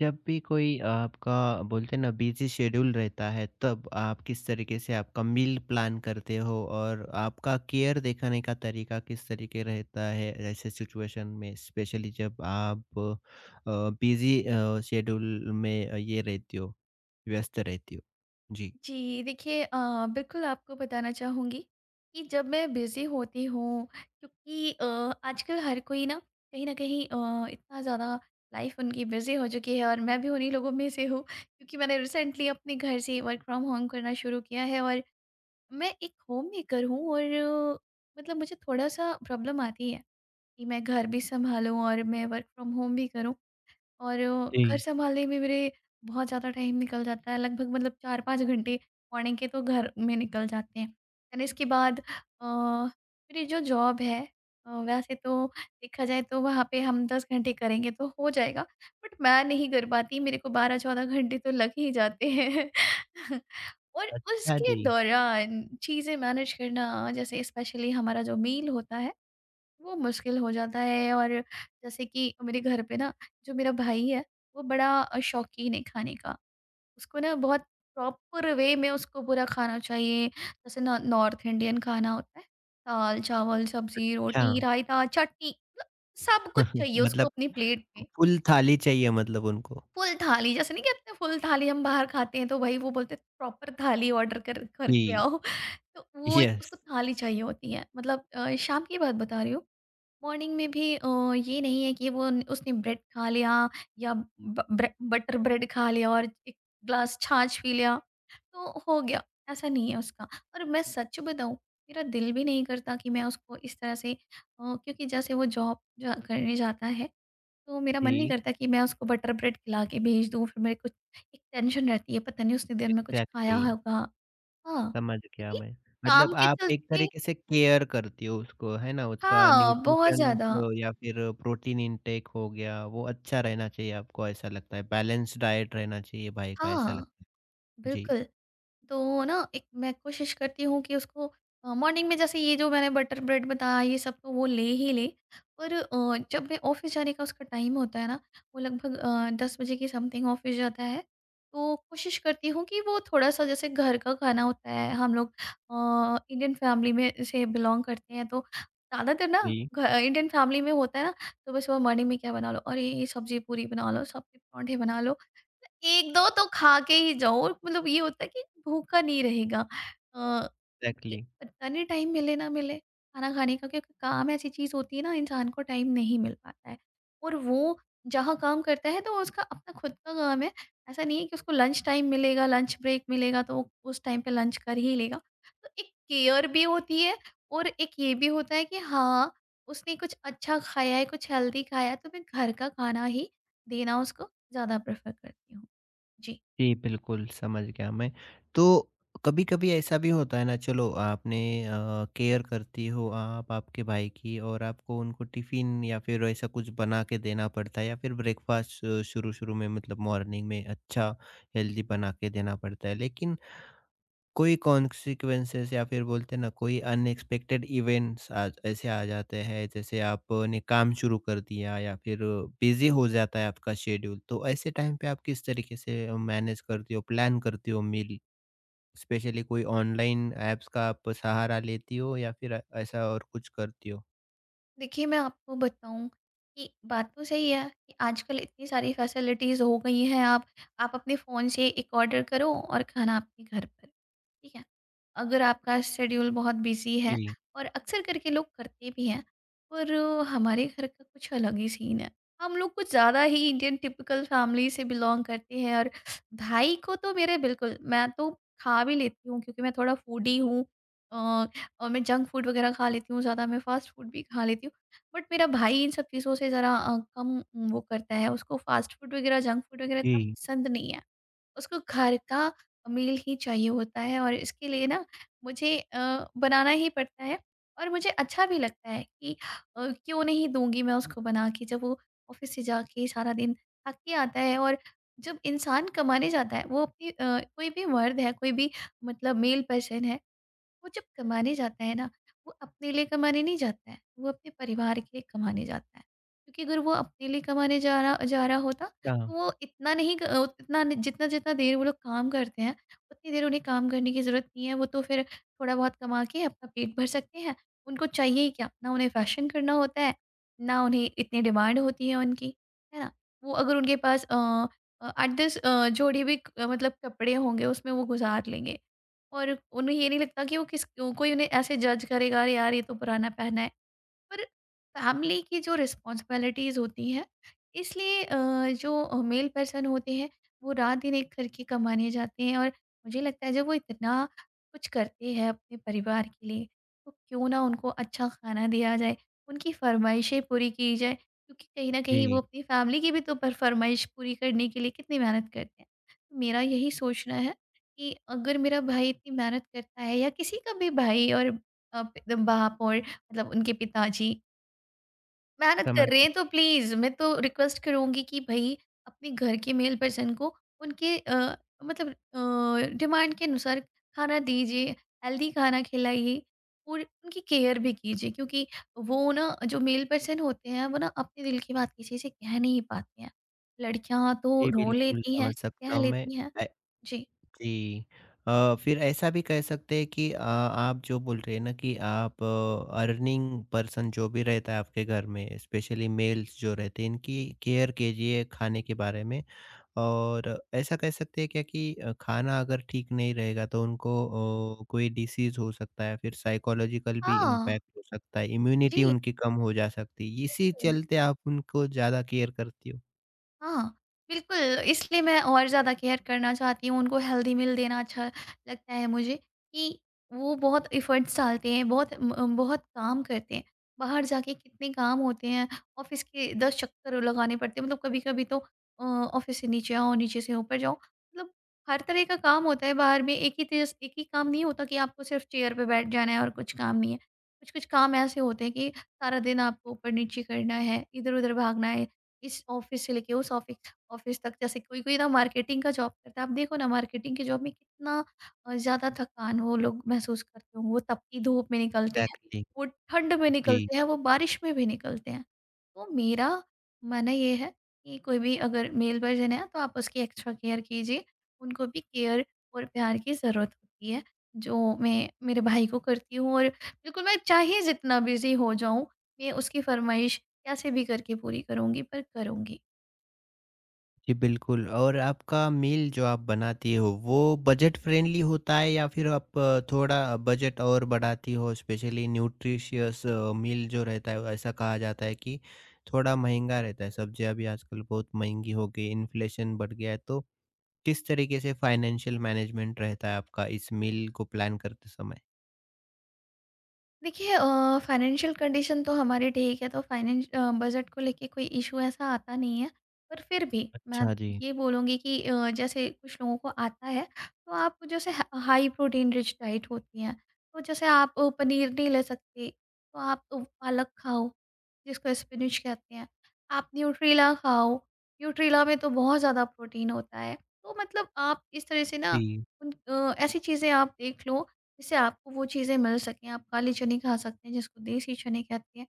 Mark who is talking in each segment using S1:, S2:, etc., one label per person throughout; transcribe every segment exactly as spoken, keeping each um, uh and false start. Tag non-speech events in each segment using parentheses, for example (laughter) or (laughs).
S1: जब भी कोई आपका बोलते हैं ना बिजी शेड्यूल रहता है तब आप किस तरीके से आपका मील प्लान करते हो और आपका केयर दिखाने का तरीका किस तरीके रहता है ऐसे सिचुएशन में स्पेशली जब आप बिजी शेड्यूल में ये रहती हो व्यस्त रहती हो। जी।
S2: जी, देखिए अ, बिल्कुल आपको बताना चाहूँगी कि जब मैं बिज़ी होती हूँ, क्योंकि अ, आजकल हर कोई ना कहीं न कहीं अ, इतना ज़्यादा लाइफ़ उनकी बिज़ी हो चुकी है, और मैं भी उन्हीं लोगों में से हूँ क्योंकि मैंने रिसेंटली अपने घर से वर्क फ्रॉम होम करना शुरू किया है और मैं एक होम मेकर हूँ। और अ, मतलब मुझे थोड़ा-सा प्रॉब्लम आती है कि मैं घर भी सँभालूँ और मैं वर्क फ्रॉम होम भी करूँ। और अ, घर
S1: जी।
S2: सँभालने में मेरे बहुत ज़्यादा टाइम निकल जाता है, लगभग मतलब चार पाँच घंटे मॉर्निंग के तो घर में निकल जाते हैं। देन इसके बाद अ, मेरी जो जॉब है, अ, वैसे तो देखा जाए तो वहाँ पे हम दस घंटे करेंगे तो हो जाएगा, बट मैं नहीं कर पाती, मेरे को बारह चौदह घंटे तो लग ही जाते हैं। (laughs) और
S1: अच्छा
S2: उसके
S1: जी।
S2: दौरान चीज़ें मैनेज करना, जैसे स्पेशली हमारा जो मील होता है, वो मुश्किल हो जाता है। और जैसे कि मेरे घर पे ना, जो मेरा भाई है, वो बड़ा अ, शौकीन है खाने का। उसको ना बहुत प्रॉपर वे में उसको पूरा खाना चाहिए। जैसे ना नॉर्थ इंडियन खाना होता है, दाल-चावल, सब्ज़ी,
S1: अच्छा,
S2: रोटी, रायता, चटनी, मतलब सब कुछ चाहिए उसको
S1: मतलब
S2: अपनी प्लेट में।
S1: फुल
S2: अ,
S1: थाली चाहिए मतलब उनको।
S2: फुल थाली जैसे नहीं कहते, फुल थाली हम बाहर खाते हैं तो भाई वो बोलते हैं प्रॉपर थाली ऑर्डर कर करके
S1: जी।
S2: आओ। (laughs) तो वो एक
S1: यस।
S2: उसको थाली चाहिए होती है। मतलब अ, शाम की बात बता रही हूँ। मॉर्निंग में भी अ, ये नहीं है कि वो न उसने ब्रेड खा लिया या ब ब्रे बटर ब्रेड खा लिया और एक ग्लास छाछ पी लिया, तो हो गया, ऐसा नहीं है उसका। और मैं सच बताऊँ, मेरा दिल भी नहीं करता कि मैं उसको इस तरह से अ, क्योंकि जैसे वो जॉब जा करने जाता है, तो मेरा मन नहीं
S1: जी,
S2: करता कि मैं उसको बटर ब्रेड खिला के भेज दूँ, फिर मेरे कुछ एक टेंशन रहती है, पता नहीं उसने दिन में कुछ खाया
S1: एग्जैक्टली,
S2: होगा। हाँ,
S1: समझ गया
S2: क्योंकि
S1: मैं।
S2: काम
S1: मतलब
S2: के
S1: आप एक
S2: चलते।
S1: तरीके से केयर करती हो उसको, है ना? उसका
S2: हाँ, बहुत
S1: न्यूट्रिशंस
S2: ज़्यादा।
S1: या फिर प्रोटीन इनटेक हो गया, वो अच्छा रहना चाहिए आपको ऐसा लगता है, बैलेंस डाइट रहना चाहिए भाई का ऐसा
S2: हाँ,
S1: लगता है। जी।
S2: बिल्कुल। तो ना एक मैं कोशिश करती हूँ कि उसको अ, मॉर्निंग में जैसे ये जो मैंने बटर ब्रेड बताया, ये सब तो वो ले ही ले, पर अ, जब मैं ऑफिस जाने का उसका टाइम होता है ना, वो लगभग अ, दस बजे के समथिंग ऑफिस जाता है, तो कोशिश करती हूँ कि वो थोड़ा सा, जैसे घर का खाना होता है, हम लोग अ, इंडियन फैमिली में से बिलोंग करते हैं तो ज़्यादातर ना
S1: जी।
S2: घ- इंडियन फैमिली में होता है ना, सुबह सुबह मॉर्निंग में क्या बना लो, अरे ये सब्जी पूरी बना लो, सबके परांठे बना लो, एक दो तो खा के ही जाओ, मतलब ये होता है कि भूखा नहीं रहेगा। अ, कि
S1: एक्जेक्टली।
S2: पता नहीं टाइम मिले ना मिले खाना खाने का, क्योंकि काम ऐसी चीज़ होती है ना, इंसान को टाइम नहीं मिल पाता है। और वो जहाँ काम करता है, तो उसका अपना खुद का काम है। ऐसा नहीं है कि उसको लंच टाइम मिलेगा, लंच ब्रेक मिलेगा तो वो उस टाइम पे लंच कर ही लेगा। तो एक केयर भी होती है, और एक ये भी होता है कि हाँ, उसने कुछ अच्छा खाया है, कुछ हेल्दी खाया है, तो मैं घर का खाना ही देना उसको ज़्यादा प्रेफ़र करती हूँ। जी।
S1: जी, बिल्कुल, समझ गया मैं। तो कभी-कभी ऐसा भी होता है ना, चलो आपने अ, केयर करती हो आप आपके भाई की और आपको उनको टिफ़िन या फिर ऐसा कुछ बना के देना पड़ता है या फिर ब्रेकफ़ास्ट शुरू-शुरू में मतलब मॉर्निंग में अच्छा हेल्दी बना के देना पड़ता है। लेकिन कोई कॉन्सिक्वेंसेस या फिर बोलते हैं ना कोई अनएक्सपेक्टेड इवेंट्स आ ऐसे आ जाते हैं, जैसे आपने काम शुरू कर दिया या फिर बिजी हो जाता है आपका शेड्यूल, तो ऐसे टाइम पे आप किस तरीके से मैनेज करती हो, प्लान करती हो मील, स्पेशली कोई ऑनलाइन ऐप्स का आप सहारा लेती हो या फिर ऐ- ऐसा और कुछ करती हो।
S2: देखिए मैं आपको बताऊँ कि बात तो सही है कि आजकल इतनी सारी फैसिलिटीज़ हो गई हैं, आप आप अपने फ़ोन से एक ऑर्डर करो और खाना आपके घर पर। ठीक है? अगर आपका शेड्यूल बहुत बिज़ी है,
S1: जी।
S2: और अक्सर करके लोग करते भी हैं, पर हमारे घर का कुछ अलग ही सीन है। हम लोग कुछ ज़्यादा ही इंडियन टिपिकल फैमिली से बिलॉन्ग करते हैं, और भाई को तो मेरे बिल्कुल, मैं तो खा भी लेती हूँ क्योंकि मैं थोड़ा फूडी हूँ, अ, और मैं जंक फूड वगैरह खा लेती हूँ ज़्यादा, मैं फास्ट फूड भी खा लेती हूँ। बट मेरा भाई इन सब चीज़ों से ज़रा अ, कम वो करता है, उसको फास्ट फूड वगैरह, जंक फूड वगैरह इतना
S1: जी।
S2: पसंद नहीं है। उसको घर का मील ही चाहिए होता है, और इसके लिए ना मुझे अ, बनाना ही पड़ता है, और मुझे अच्छा भी लगता है कि अ, क्यों नहीं दूंगी मैं उसको बना के, जब वो ऑफिस से जाके सारा दिन थक के आता है। और जब इंसान कमाने जाता है, वो अपनी अ, कोई भी मर्द है, कोई भी मतलब मेल पर्सन है, वो जब कमाने जाता है ना, वो अपने लिए कमाने नहीं जाता है, वो अपने परिवार के लिए कमाने जाता है। क्योंकि अगर वो अपने लिए कमाने जा रहा जा रहा होता, तो
S1: हाँ।
S2: वो इतना नहीं क अ, इतना, जितना जितना देर वो लोग काम करते हैं, उतनी देर उन्हें काम करने की ज़रूरत नहीं है। वो तो फिर थोड़ा बहुत कमा के अपना पेट भर सकते हैं। उनको चाहिए ही क्या? ना उन्हें फ़ैशन करना होता है, ना उन्हें इतनी डिमांड होती है उनकी, है ना? वो अगर उनके पास अ, अ, आठ दस अ, जोड़ी भी क मतलब कपड़े होंगे, उसमें वो गुज़ार लेंगे। और उन्हें ये नहीं लगता कि वो किस कोई उन्हें ऐसे जज करेगा, "अरे यार, ये तो पुराना पहना है।" पर फैमिली की जो रिस्पॉन्सिबिलिटीज़ होती हैं, इसलिए अ, जो मेल पर्सन होते हैं, वो रात दिन एक करके कमाने जाते हैं, और मुझे लगता है जब वो इतना कुछ करते हैं अपने परिवार के लिए, तो क्यों ना उनको अच्छा खाना दिया जाए, उनकी फ़रमाइशें पूरी की जाए, क्योंकि कहीं न कहीं वो
S1: जी,
S2: अपनी फैमिली की भी तो पर फ़रमाइश पूरी करने के लिए कितनी मेहनत करते हैं। तो मेरा यही सोचना है कि अगर मेरा भाई इतनी मेहनत करता है, या किसी का भी भाई और अ, प बाप और मतलब उनके पिताजी मेहनत कर
S1: समझ।
S2: रहे हैं, तो प्लीज़ मैं तो रिक्वेस्ट करूँगी कि भई, अपने घर के मेल पर्सन को उनके अ, मतलब अ, डिमांड के अनुसार खाना दीजिए, हेल्दी खाना खिलाइए, और उनकी केयर भी कीजिए। क्योंकि वो ना जो मेल पर्सन होते हैं, वो ना अपने दिल की बात किसी से कह नहीं पाते हैं। लड़कियाँ तो
S1: जी,
S2: रो
S1: बिल्कुल,
S2: लेती हैं,
S1: समझ
S2: कह
S1: सकता हूँ मैं।
S2: लेती हैं। जी।
S1: जी। अ, फिर ऐसा भी कह सकते हैं कि अ, आप जो बोल रहे हैं ना कि आप अर्निंग पर्सन जो भी रहता है आपके घर में, स्पेशली मेल्स जो रहते हैं, इनकी केयर कीजिए खाने के बारे में। और ऐसा कह सकते हैं क्या कि अ, खाना अगर ठीक नहीं रहेगा तो उनको अ, कोई डिसीज़ हो सकता है, फिर साइकोलॉजिकल भी
S2: हाँ,
S1: इम्पैक्ट हो सकता है, इम्यूनिटी
S2: जी।
S1: उनकी कम हो जा सकती है। इसी चलते आप उनको ज़्यादा केयर करती हो।
S2: हाँ, बिल्कुल, इसलिए मैं और ज़्यादा केयर करना चाहती हूँ, उनको हेल्दी मील देना अच्छा लगता है मुझे, कि वो बहुत एफ़र्ट्स डालते हैं, बहुत म बहुत काम करते हैं। बाहर जाके कितने काम होते हैं, ऑफ़िस के दस चक्कर लगाने पड़ते हैं, मतलब कभी-कभी तो अ, ऑफ़िस से नीचे आओ, नीचे से ऊपर जाओ, मतलब हर तरह का काम होता है बाहर में, एक ही तेज़, एक ही काम नहीं होता कि आपको सिर्फ़ चेयर पे बैठ जाना है और कुछ काम नहीं है। कुछ-कुछ काम ऐसे होते हैं कि सारा दिन आपको ऊपर-नीचे करना है, इधर-उधर भागना है, इस ऑफिस से लेके उस ऑफिस ऑफिस तक। जैसे कोई कोई ना मार्केटिंग का जॉब करता है, आप देखो ना, मार्केटिंग की जॉब में कितना अ, ज़्यादा थकान वो लोग महसूस करते होंगे, वो तपती धूप में निकलते हैं,
S1: एग्ज़ैक्टली।
S2: वो ठंड में
S1: जी।
S2: निकलते हैं, वो बारिश में भी निकलते हैं। तो मेरा मानना ये है कि कोई भी अगर मेल वर्जन है, तो आप उसकी एक्स्ट्रा केयर कीजिए, उनको भी केयर और प्यार की ज़रूरत होती है, जो मैं मेरे भाई को करती हूँ। और बिल्कुल, मैं चाहे जितना बिजी हो जाऊँ, मैं उसकी फरमाइश कैसे भी करके पूरी करूँगी, पर करूँगी।
S1: जी, बिल्कुल। और आपका मील जो आप बनाती हो वो बजट फ्रेंडली होता है या फिर आप अ, थोड़ा बजट और बढ़ाती हो, स्पेशली न्यूट्रिशियस मील जो रहता है ऐसा कहा जाता है कि थोड़ा महंगा रहता है, सब्जियां भी आजकल बहुत महंगी हो गई, इन्फ्लेशन बढ़ गया है, तो किस तरीके से फाइनेंशियल मैनेजमेंट रहता है आपका इस मील को प्लान करते समय?
S2: देखिए अ, फाइनेंशियल कंडीशन तो हमारी ठीक है, तो फाइनेंस अ, बजट को लेके कोई इश्यू ऐसा आता नहीं है। पर फिर भी मैं
S1: अच्छा जी।
S2: ये बोलूँगी कि अ, जैसे कुछ लोगों को आता है, तो आप जैसे ह हाई प्रोटीन रिच डाइट होती हैं, तो जैसे आप अ, पनीर नहीं ले सकते, तो आप अ, पालक खाओ, जिसको स्पिनच कहते हैं। आप न्यूट्रेला खाओ, न्यूट्रेला में तो बहुत ज़्यादा प्रोटीन होता है। तो मतलब आप इस तरह से ना
S1: जी।
S2: उन अ, ऐसी चीज़ें आप देख लो जिससे आपको वो चीज़ें मिल सकें, आप काली चने खा सकते हैं जिसको देसी चने कहते हैं।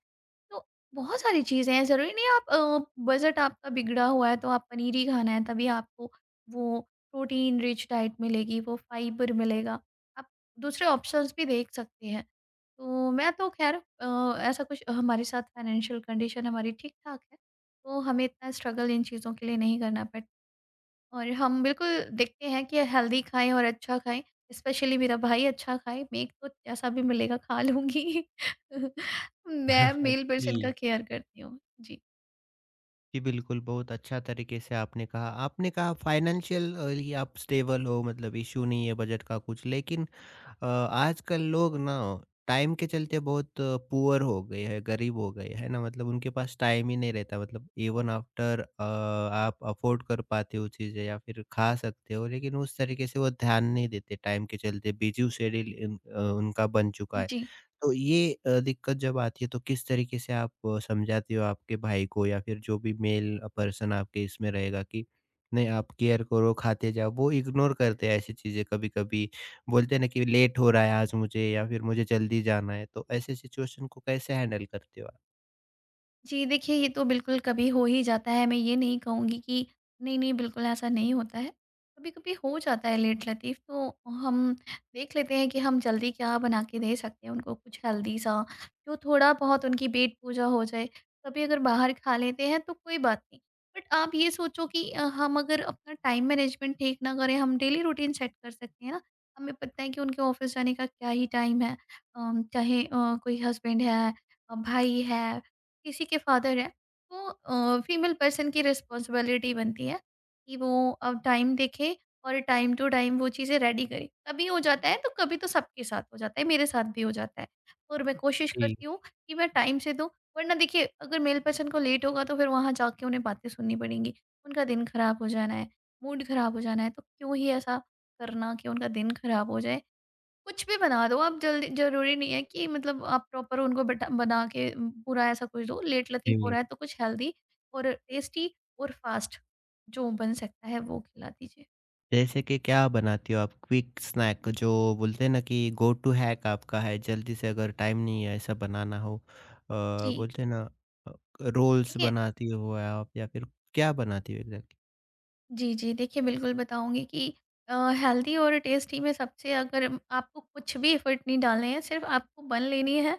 S2: तो बहुत सारी चीज़ें हैं, ज़रूरी नहीं है आप अ, बजट आपका बिगड़ा हुआ है तो आप पनीर ही खाना है, तभी आपको वो प्रोटीन रिच डाइट मिलेगी, वो फाइबर मिलेगा। आप दूसरे ऑप्शंस भी देख सकते हैं। तो मैं तो ख़ैर अ, ऐसा कुछ हमारे साथ, फाइनेंशियल कंडीशन हमारी ठीक-ठाक है, तो हमें इतना स्ट्रगल इन चीज़ों के लिए नहीं करना पड़ता। और हम बिल्कुल देखते हैं कि हेल्दी खाएँ और अच्छा खाएँ। स्पेशली मेरा भाई अच्छा खाए, मैं तो जैसा भी मिलेगा खा लूँगी। (laughs) मैं
S1: (laughs)
S2: मील
S1: जी।
S2: पर्सन का केयर करती हूँ। जी,
S1: जी, बिल्कुल, बहुत अच्छा तरीके से आपने कहा। आपने कहा फाइनेंशियली आप स्टेबल हो, मतलब इश्यू नहीं है बजट का कुछ, लेकिन अ, आजकल लोग ना टाइम के चलते बहुत पुअर हो गए हैं, गरीब हो गए हैं ना, मतलब उनके पास टाइम ही नहीं रहता, मतलब इवन आफ्टर अ, आप अफ़ोर्ड कर पाते हो चीज़ें या फिर खा सकते हो, लेकिन उस तरीके से वो ध्यान नहीं देते टाइम के चलते, बिज़ी शेड्यूल इन अ, उनका बन चुका है।
S2: जी।
S1: तो ये अ, दिक्कत जब आती है तो किस तरीके से आप अ, समझाते हो आपके भाई को या फिर जो भी मेल पर्सन आपके इसमें रहेगा कि नहीं, आप केयर करो, खाते जाओ। वो इग्नोर करते हैं ऐसी चीजें कभी कभी बोलते हैं ना कि लेट हो रहा है आज मुझे या फिर मुझे जल्दी जाना है, तो ऐसे सिचुएशन को कैसे हैंडल करते हो आप?
S2: जी, देखिए ये तो बिल्कुल कभी हो ही जाता है। मैं ये नहीं कहूँगी कि नहीं, नहीं, बिल्कुल ऐसा नहीं होता है। कभी-कभी हो जाता है लेट लतीफ़, तो हम देख लेते हैं कि हम जल्दी क्या बना के दे सकते हैं उनको, कुछ हेल्दी सा, जो थोड़ा बहुत उनकी पेट पूजा हो जाए। कभी अगर बाहर खा लेते हैं तो कोई बात नहीं। बट आप ये सोचो कि अ, हम अगर अपना टाइम मैनेजमेंट ठीक ना करें, हम डेली रूटीन सेट कर सकते हैं ना। हमें पता है कि उनके ऑफ़िस जाने का क्या ही टाइम है। अम, चाहे अ, कोई हस्बैंड है, अ, भाई है, किसी के फादर हैं, तो फीमेल पर्सन की रिस्पॉन्सिबिलिटी बनती है कि वो अ, टाइम देखे और टाइम टू टाइम वो चीज़ें रेडी करे। कभी हो जाता है तो कभी तो सबके साथ हो जाता है, मेरे साथ भी हो जाता है और मैं कोशिश
S1: जी।
S2: करती हूँ कि मैं टाइम से दूँ। वरना देखिए, अगर मेल पर्सन को लेट होगा तो फिर वहाँ जाके उन्हें बातें सुननी पड़ेंगी। उनका दिन खराब हो जाना है, मूड खराब हो जाना है, तो क्यों ही ऐसा करना कि उनका दिन खराब हो जाए। कुछ भी बना दो आप जल्दी, ज़रूरी नहीं है कि मतलब आप प्रॉपर उनको बैठा बना के उम, पूरा ऐसा कुछ दो, लेट-लतीफ़ हो
S1: जी।
S2: रहा है तो कुछ हेल्दी और टेस्टी और फास्ट जो बन सकता है वो खिला दीजिए।
S1: जैसे कि क्या बनाती हो आप? क्विक स्नैक जो बोलते हैं ना कि गो टू हैक आपका है, जल्दी से अगर टाइम नहीं है ऐसा बनाना हो। अ,
S2: जी,
S1: बोलते हैं ना अ, रोल्स
S2: देखिए
S1: बनाती हो आप या फिर क्या बनाती हो एग्ज़ैक्टली?
S2: जी, जी, देखिए बिल्कुल बताऊँगी कि अ, हेल्दी और टेस्टी में सबसे अगर म- आपको कुछ भी एफ़र्ट नहीं डालने हैं, सिर्फ़ आपको बन लेनी है।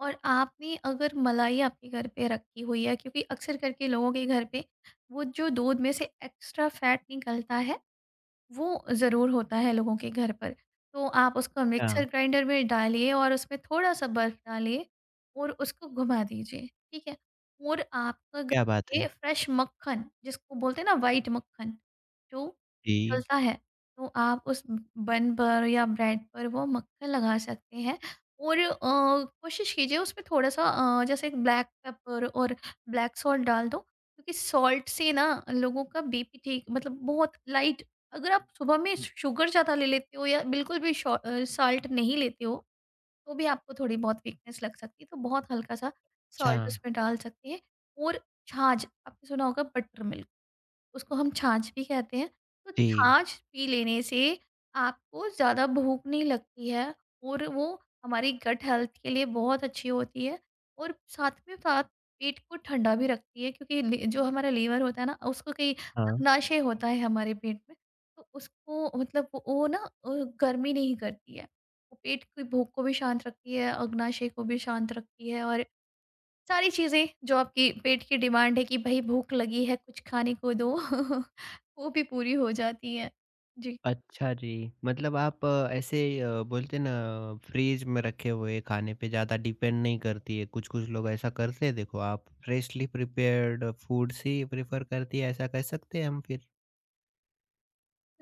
S2: और आपने अगर मलाई आपके घर पे रखी हुई है क्योंकि अक्सर करके लोगों के घर पे वो जो दूध में से एक्स्ट्रा फैट निकलता है, वो ज़रूर होता है लोगों के घर पर। तो आप उसको मिक्सर
S1: अच्छा।
S2: ग्राइंडर में डालिए और उसमें थोड़ा-सा बर्फ डालिए और उसको घुमा दीजिए, ठीक है? और आपका घर
S1: क्या बात
S2: ये
S1: है!
S2: फ्रेश मक्खन जिसको बोलते हैं ना व्हाइट मक्खन, जो
S1: जी।
S2: निकलता है, तो आप उस बन पर या ब्रेड पर वो मक्खन लगा सकते हैं। और अ, कोशिश कीजिए उसमें थोड़ा-सा अ, जैसे ब्लैक पेपर और ब्लैक सॉल्ट डाल दो क्योंकि सॉल्ट से ना लोगों का बीपी ठीक मतलब बहुत लाइट, अगर आप सुबह में शु शुगर ज़्यादा ले लेते हो या बिल्कुल भी शॉ अ, सॉल्ट नहीं लेते हो, तो भी आपको थोड़ी बहुत वीकनेस लग सकती है, तो बहुत हल्का-सा
S1: अच्छा।
S2: सॉल्ट उसमें डाल सकते हैं। और छाछ, आपने सुना होगा बटर मिल्क। उसको हम छाछ भी कहते हैं। तो
S1: जी।
S2: छाछ पी लेने से आपको ज़्यादा भूख नहीं लगती है और वो हमारी गट हेल्थ के लिए बहुत अच्छी होती है और साथ में साथ पेट को ठंडा भी रखती है क्योंकि लि जो हमारा लीवर होता है ना, उसको कई
S1: हाँ।
S2: अग्नाशय होता है हमारे पेट में, तो उसको मतलब वो वो ना, अ, गर्मी नहीं करती है। वो पेट की भूख को भी शांत रखती है, अग्नाशय को भी शांत रखती है और सारी चीज़ें जो आपकी पेट की डिमांड है कि भाई भूख लगी है कुछ खाने को दो (laughs) वो भी पूरी हो जाती है। जी।
S1: अच्छा जी, मतलब आप अ, ऐसे अ, बोलते हैं ना फ्रीज़ में रखे हुए खाने पे ज़्यादा डिपेंड नहीं करती है, कुछ-कुछ लोग ऐसा करते हैं, देखो आप फ्रेशली प्रिपेयर्ड फूड्स ही प्रेफ़र करती है, ऐसा कह सकते हैं हम फिर?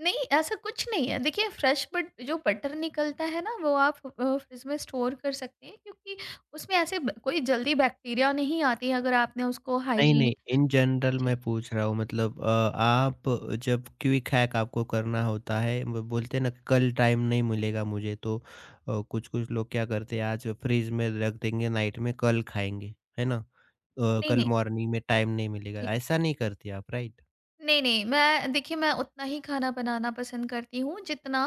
S2: नहीं, ऐसा कुछ नहीं है। देखिए फ्रेश बट जो बटर निकलता है ना वो आप अ, फ्रिज में स्टोर कर सकते हैं क्योंकि उसमें ऐसे ब कोई जल्दी बैक्टीरिया नहीं आती है अगर आपने उसको हुँ।
S1: नहीं, नहीं,
S2: हाइजीनिक
S1: इन जनरल
S2: जी,
S1: मैं पूछ रहा हूँ, मतलब अ, आप जब क्विक हैक आपको करना होता है ब बोलते हैं ना कल टाइम नहीं मिलेगा मुझे तो अ, कुछ-कुछ लोग क्या करते हैं आज फ्रिज में रख देंगे, नाइट में कल खाएँगे, है ना? अ,
S2: नहीं,
S1: कल
S2: नहीं।
S1: मॉर्निंग में टाइम नहीं मिलेगा, ऐसा नहीं करती आप राइट?
S2: नहीं, नहीं, मैं देखिए, मैं उतना ही खाना बनाना पसंद करती हूँ जितना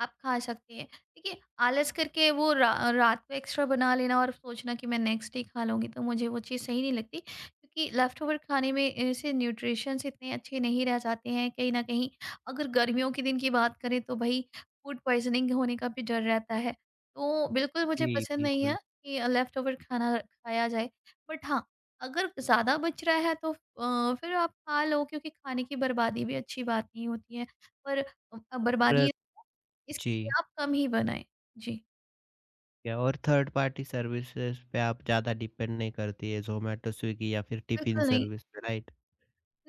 S2: आप खा सकते हैं। देखिए, आलस करके वो रा रात को एक्स्ट्रा बना लेना और सोचना कि मैं नेक्स्ट डे खा लूँगी, तो मुझे वो चीज़ सही नहीं लगती क्योंकि लेफ्ट ओवर खाने में ऐसे न्यूट्रिशंस इतने अच्छे नहीं रह जाते हैं। कहीं न कहीं अगर गर्मियों के दिन की बात करें तो भई फूड पॉइज़निंग होने का भी डर रहता है। तो बिल्कुल मुझे
S1: जी,
S2: पसंद नहीं है
S1: बिल्कुल।
S2: कि लेफ्ट ओवर खाना खाया जाए। बट हाँ, अगर ज़्यादा बच रहा है तो अ, फिर आप खा लो क्योंकि खाने की बर्बादी भी अच्छी बात नहीं होती है। पर अ,
S1: र
S2: बर्बादी
S1: जी,
S2: इसके लिए आप कम ही बनाएँ। जी,
S1: या और थर्ड पार्टी सर्विसेज़ पे आप ज़्यादा डिपेंड नहीं करती है, ज़ोमैटो, स्विगी या फिर टिफ़िन
S2: बिल्कुल नहीं,
S1: सर्विस पे, राइट?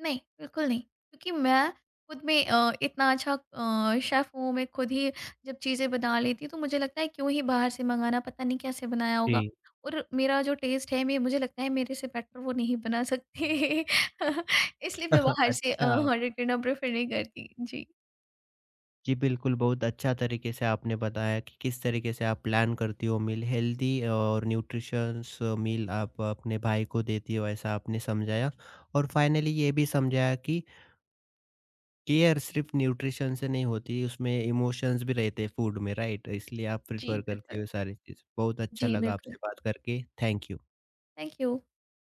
S2: नहीं, बिल्कुल नहीं। क्योंकि मैं खुद में अ, इतना अच्छा अ, शेफ़ हूँ, मैं खुद ही जब चीज़ें बना लेती हूँ तो मुझे लगता है क्यों ही बाहर से मँगाना, पता नहीं कैसे बनाया होगा।
S1: जी।
S2: और मेरा जो टेस्ट है मैं मुझे लगता है मेरे से बेटर वो नहीं बना सकते। (laughs) इसलिए मैं
S1: (laughs)
S2: बाहर से अ,
S1: अच्छा।
S2: ऑर्डर करना प्रेफ़र नहीं करती। जी,
S1: जी, बिल्कुल, बहुत अच्छा तरीके से आपने बताया कि किस तरीके से आप प्लान करती हो मील, हेल्दी और न्यूट्रिशंस मील आप अपने भाई को देती हो, ऐसा आपने समझाया। और फाइनली ये भी समझाया कि केयर सिर्फ़ न्यूट्रिशन से नहीं होती, उसमें इमोशंस भी रहते हैं फूड में, राइट? इसलिए आप
S2: जी,
S1: प्रेफ़र करती हो
S2: बिल्कुल।
S1: ये सारी चीज़। बहुत अच्छा
S2: जी,
S1: लगा
S2: बिल्कुल।
S1: आपसे बात करके, थैंक यू।
S2: Thank you.